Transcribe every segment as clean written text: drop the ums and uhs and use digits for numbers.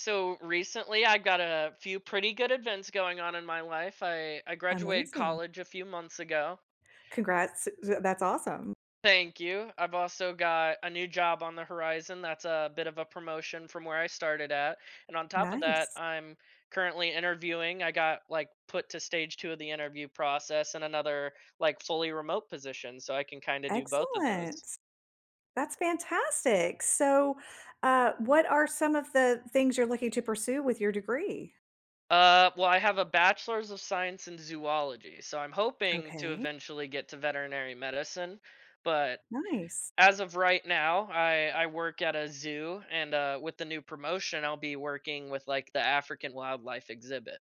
So recently, I got a few pretty good events going on in my life. I graduated Amazing. college a few months ago. Congrats, that's awesome. Thank you. I've also got a new job on the horizon. That's a bit of a promotion from where I started at. And on top of that, Nice. I'm currently interviewing. I got like put to stage two of the interview process and another like fully remote position. So I can kind of do both of those. Excellent. That's fantastic. So, what are some of the things you're looking to pursue with your degree? Well, I have a bachelor's of science in zoology, so I'm hoping to Okay, eventually get to veterinary medicine, but nice. as of right now, I work at a zoo, and with the new promotion, I'll be working with like the African wildlife exhibit.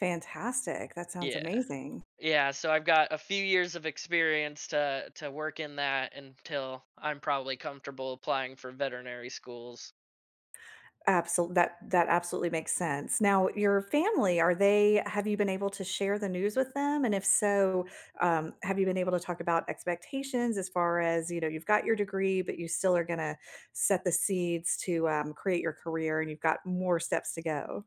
Fantastic. That sounds Yeah, amazing. yeah. So I've got a few years of experience to work in that until I'm probably comfortable applying for veterinary schools. Absolutely, that absolutely makes sense. Now, your family, are they have you been able to share the news with them? And if so, have you been able to talk about expectations as far as, you've got your degree, but you still are gonna set the seeds to, create your career and you've got more steps to go?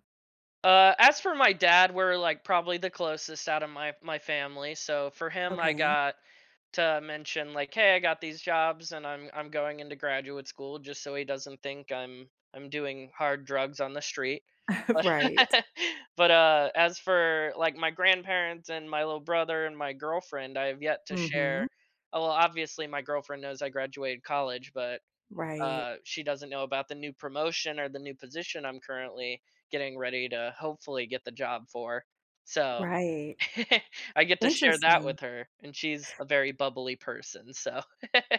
As for my dad, we're like probably the closest out of my family. So for him, I Okay. got to mention like, hey, I got these jobs, and I'm going into graduate school, just so he doesn't think I'm doing hard drugs on the street. Right. But, as for, like, my grandparents and my little brother and my girlfriend, I have yet to Mhm. share. Oh, well, obviously, my girlfriend knows I graduated college, but, Right. She doesn't know about the new promotion or the new position I'm currently getting ready to hopefully get the job for. So, Right. I get to share that Interesting. with her, and she's a very bubbly person, so.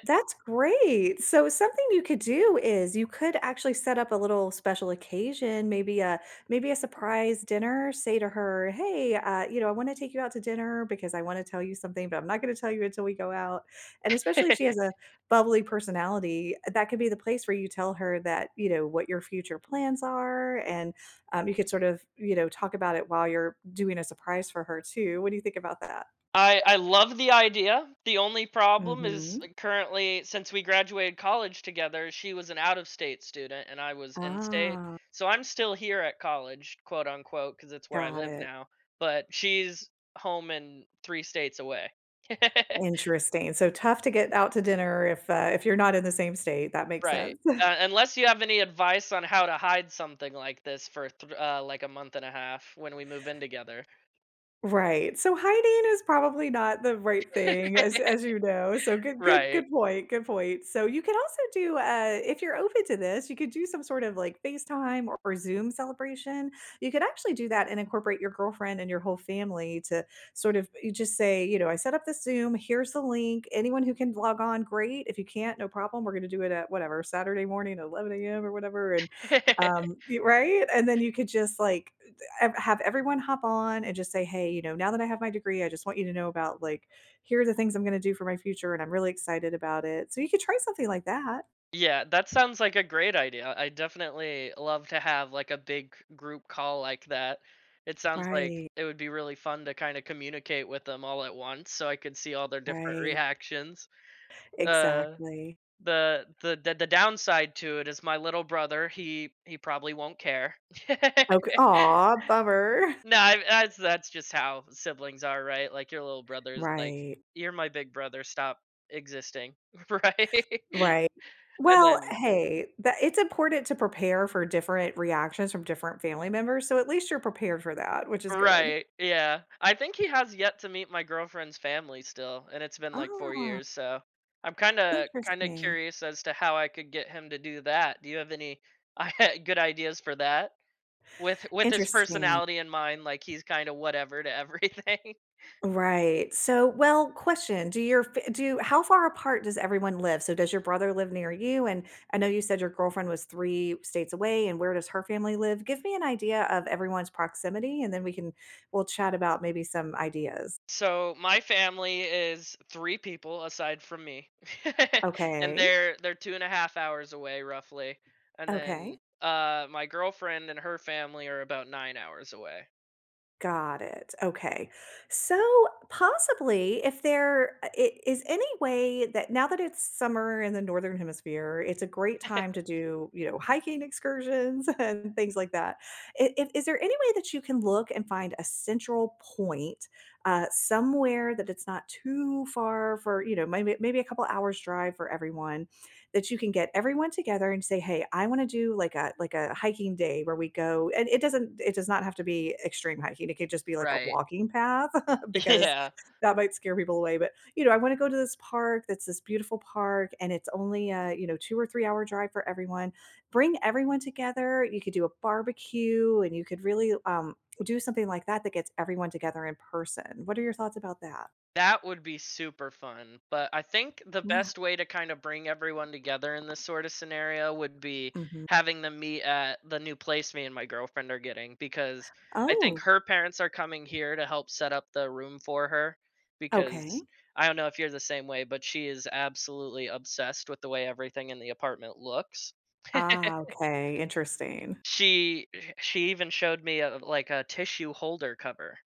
That's great. So something you could do is you could actually set up a little special occasion, maybe a surprise dinner. Say to her, "Hey, I want to take you out to dinner because I want to tell you something, but I'm not going to tell you until we go out." And especially if she has a bubbly personality, that could be the place where you tell her that you know what your future plans are, and you could sort of talk about it while you're doing a surprise for her too. What do you think about that? I love the idea. The only problem is, Mm-hmm. Currently, since we graduated college together, she was an out of state student and I was in state. Ah, So I'm still here at college, quote unquote, because it's where I got live it. now. But she's home in three states away. Interesting. So tough to get out to dinner if you're not in the same state. That makes Right. sense. Unless you have any advice on how to hide something like this for like a month and a half when we move in together. Right, so hiding is probably not the right thing as you know, so good good good Right. point, good point. So you can also do, if you're open to this, you could do some sort of, like, FaceTime or Zoom celebration. You could actually do that and incorporate your girlfriend and your whole family to sort of you just say, "I set up this Zoom, here's the link, anyone who can log on, great, if you can't, no problem, we're gonna do it at whatever, Saturday morning at 11 a.m. or whatever," and, y right? And then you could just, like, have everyone hop on and just say, "Hey, you know, now that I have my degree, I just want you to know about like here are the things I'm going to do for my future and I'm really excited about it." So you could try something like that. Yeah, that sounds like a great idea. I definitely love to have like a big group call like that. It sounds like Right. it would be really fun to kind of communicate with them all at once so I could see all their different Right. reactions. Uh Exactly. the downside to it is my little brother, he probably won't care. Okay. Aw, bummer. No, I, that's just how siblings are, right? Like your little brother's like, Right. you're my big brother, stop existing, right? Right. And Well, then, hey, that it's important to prepare for different reactions from different family members. So at least you're prepared for that, which is good. right, yeah. I think he has yet to meet my girlfriend's family still, and it's been like 4 Ah, years, so I'm kinda interesting. curious as to how I could get him to do that. Do you have any good ideas for that? With his Interesting. personality in mind, like he's kinda whatever to everything. Right. So, well, question, do your fa do how far apart does everyone live? So does your brother live near you? And I know you said your girlfriend was 3 states away, and where does her family live? Give me an idea of everyone's proximity, and then we'll chat about maybe some ideas. So my family is 3 people aside from me. And Okay. they're 2.5 hours away roughly. And Okay. then, my girlfriend and her family are about 9 hours away. Got it. Okay. So possibly if there is any way that now that it's summer in the northern hemisphere, it's a great time to do, hiking excursions and things like that. If, is there any way that you can look and find a central point somewhere that it's not too far for, maybe a couple hours drive for everyone that you can get everyone together and say, "Hey, I wanna do like a hiking day where we go" and it does not have to be extreme hiking, it could just be like a Right. walking path because Yeah, that might scare people away, but, "I wanna go to this park that's this beautiful park, and it's only a, 2 or 3-hour drive for everyone." Bring everyone together, you could do a barbecue, and you could really, do something like that that gets everyone together in person. What are your thoughts about that? that would be super fun, but I think the Yeah. best way to kind of bring everyone together in this sort of scenario would be Mhm. having them meet at the new place me and my girlfriend are getting, because I think Oh, her parents are coming here to help set up the room for her, okay. because I don't know if you're the same way, but she is absolutely obsessed with the way everything in the apartment looks. Ah, okay, interesting. She she even showed me a like a tissue holder cover.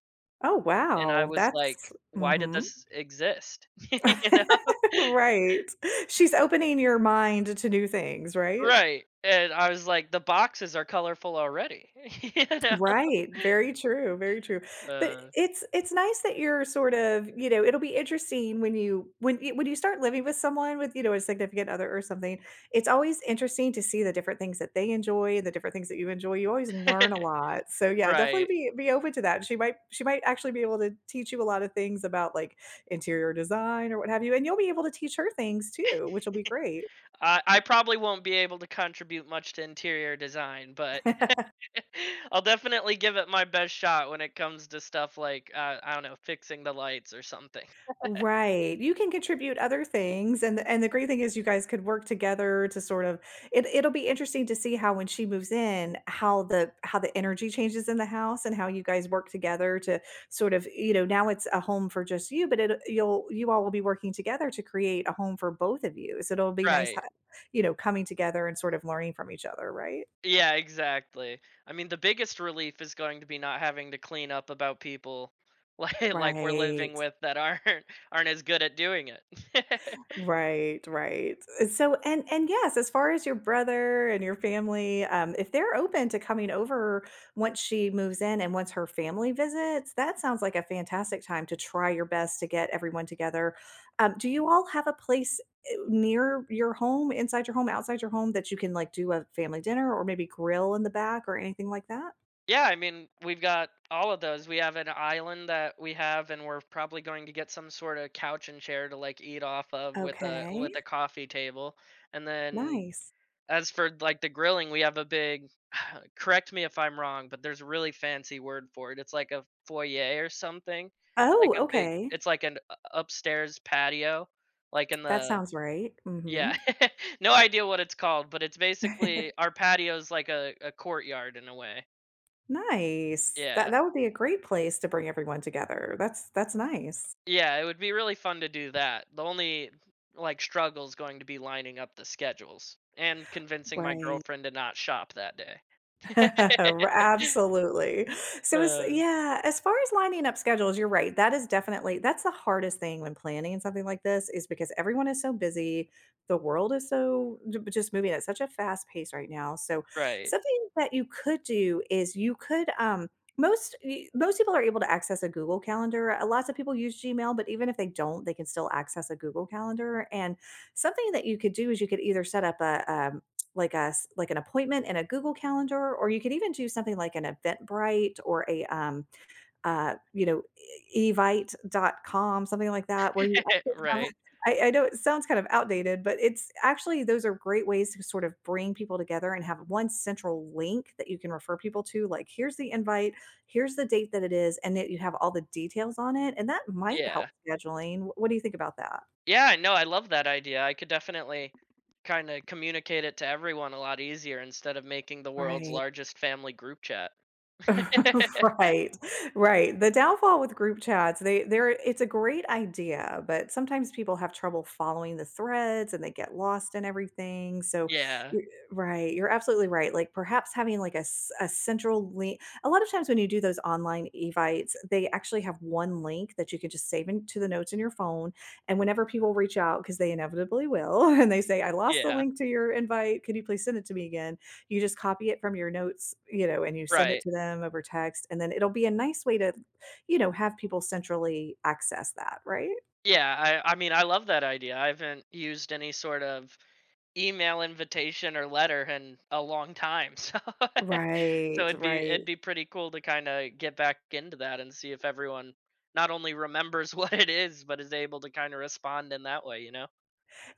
Oh, And I wow, was that's like, "Why did mhm. this exist?" You know? Right. She's opening your mind to new things, right? Right, and I was like, "The boxes are colorful already." You know? Right, very true, very true. But Uh, it's nice that you're sort of, it'll be interesting when you start living with someone with, a significant other or something, it's always interesting to see the different things that they enjoy, the different things that you enjoy. You always learn a lot. So yeah, definitely right. be open to that. She might actually be able to teach you a lot of things about like interior design or what have you, and you'll be able to teach her things too, which will be great. I probably won't be able to contribute much to interior design, but I'll definitely give it my best shot when it comes to stuff like, I don't know, fixing the lights or something. Right, you can contribute other things, and the great thing is you guys could work together to sort of it'll be interesting to see how when she moves in, how the energy changes in the house and how you guys work together to sort of, now it's a home for just you, but it you'll you all will be working together to create a home for both of you. So it'll be nice, Right. Coming together and sort of learning from each other, right? Yeah, exactly. I mean, the biggest relief is going to be not having to clean up about people like we're living Right. with that aren't as good at doing it. Right, right. So and yes, as far as your brother and your family, if they're open to coming over once she moves in and once her family visits, that sounds like a fantastic time to try your best to get everyone together. Do you all have a place near your home, inside your home, outside your home that you can like do a family dinner or maybe grill in the back or anything like that? Yeah, I mean, we've got all of those. We have an island that we have, and we're probably going to get some sort of couch and chair to like eat off of with a Okay. with a coffee table, and then Nice. as for like the grilling, we have a big. Correct me if I'm wrong, but there's a really fancy word for it. It's like a foyer or something, like Oh, a big. okay. It's like an upstairs patio, like in That the, sounds right. yeah. Mhm. No idea what it's called, but it's basically our patio's like a courtyard in a way. Nice. That Yeah, that would be a great place to bring everyone together. That's nice. yeah. It would be really fun to do that. The only like struggle is going to be lining up the schedules and convincing my Right. girlfriend to not shop that day. absolutely. So it's uh, yeah, as far as lining up schedules, you're right. That is definitely that's the hardest thing when planning and something like this is because everyone is so busy. The world is so j just moving at such a fast pace right now. So right, something that you could do is you could, most people are able to access a Google Calendar. Lots of people use Gmail, but even if they don't, they can still access a Google Calendar, and something that you could do is you could either set up a, like an appointment in a Google Calendar, or you could even do something like an Eventbrite or a, you know, E evite.com something like that, where you actually have right. I know it sounds kind of outdated, but it's actually those are great ways to sort of bring people together and have one central link that you can refer people to, like, "Here's the invite, here's the date that it is," and that you have all the details on it, and that might help Yeah. scheduling. What do you think about that? Yeah, no, I love that idea. I could definitely kind of communicate it to everyone a lot easier instead of making the world's Right. largest family group chat. Right, right. The downfall with group chats, they they're it's a great idea, but sometimes people have trouble following the threads and they get lost in everything. So, Yeah. you're right, you're absolutely right. Like perhaps having like a central link. A lot of times when you do those online evites, they actually have one link that you can just save into the notes in your phone. And whenever people reach out, because they inevitably will, and they say, I lost the Yeah. link to your invite, could you please send it to me again? You just copy it from your notes, and you send it Right. to them over text, and then it'll be a nice way to, have people centrally access that, right? Yeah, I mean, I love that idea. I haven't used any sort of email invitation or letter in a long time. So Right, so it'd be right. it'd be pretty cool to kind of get back into that and see if everyone not only remembers what it is, but is able to kind of respond in that way, you know?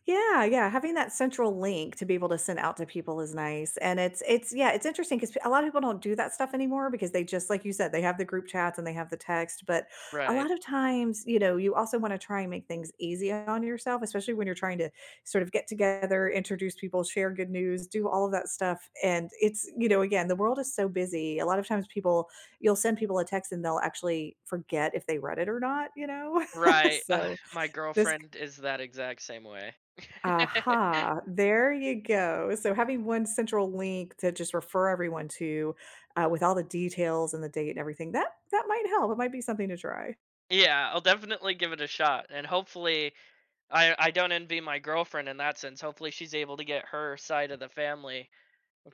Yeah, yeah, having that central link to be able to send out to people is nice, and it's yeah, it's interesting because a lot of people don't do that stuff anymore because they just like you said, they have the group chats and they have the text, but a Right. lot of times, you also wanna try and make things easy on yourself, especially when you're trying to sort of get together, introduce people, share good news, do all of that stuff, and it's again, the world is so busy, a lot of times people you'll send people a text and they'll actually forget if they read it or not, you know? Right, ugh, So, my this girlfriend is that exact same way. Aha, there you go. So having one central link to just refer everyone to, with all the details and the date and everything, that might help. It might be something to try. Yeah, I'll definitely give it a shot, and hopefully I don't envy my girlfriend in that sense, hopefully she's able to get her side of the family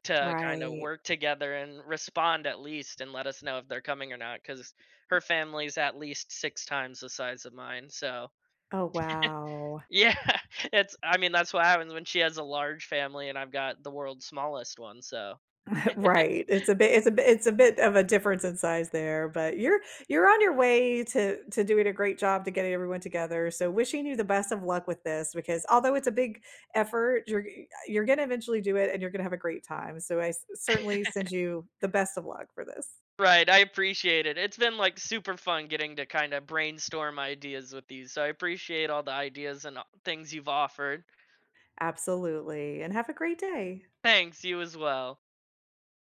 to kinda Right. work together and respond at least and let us know if they're coming or not. Because her family's at least 6 times the size of mine, so Oh, wow. yeah, it's I mean, that's what happens when she has a large family and I've got the world's smallest one, so Right. It's a bit it's a bit it's a bit of a difference in size there, but you're on your way to doing a great job to getting everyone together. So wishing you the best of luck with this because although it's a big effort, you're going to eventually do it and you're going to have a great time. So certainly send you the best of luck for this. right, I appreciate it. It's been like super fun getting to kind of brainstorm ideas with you. So I appreciate all the ideas and things you've offered. Absolutely, and have a great day. Thanks, you as well.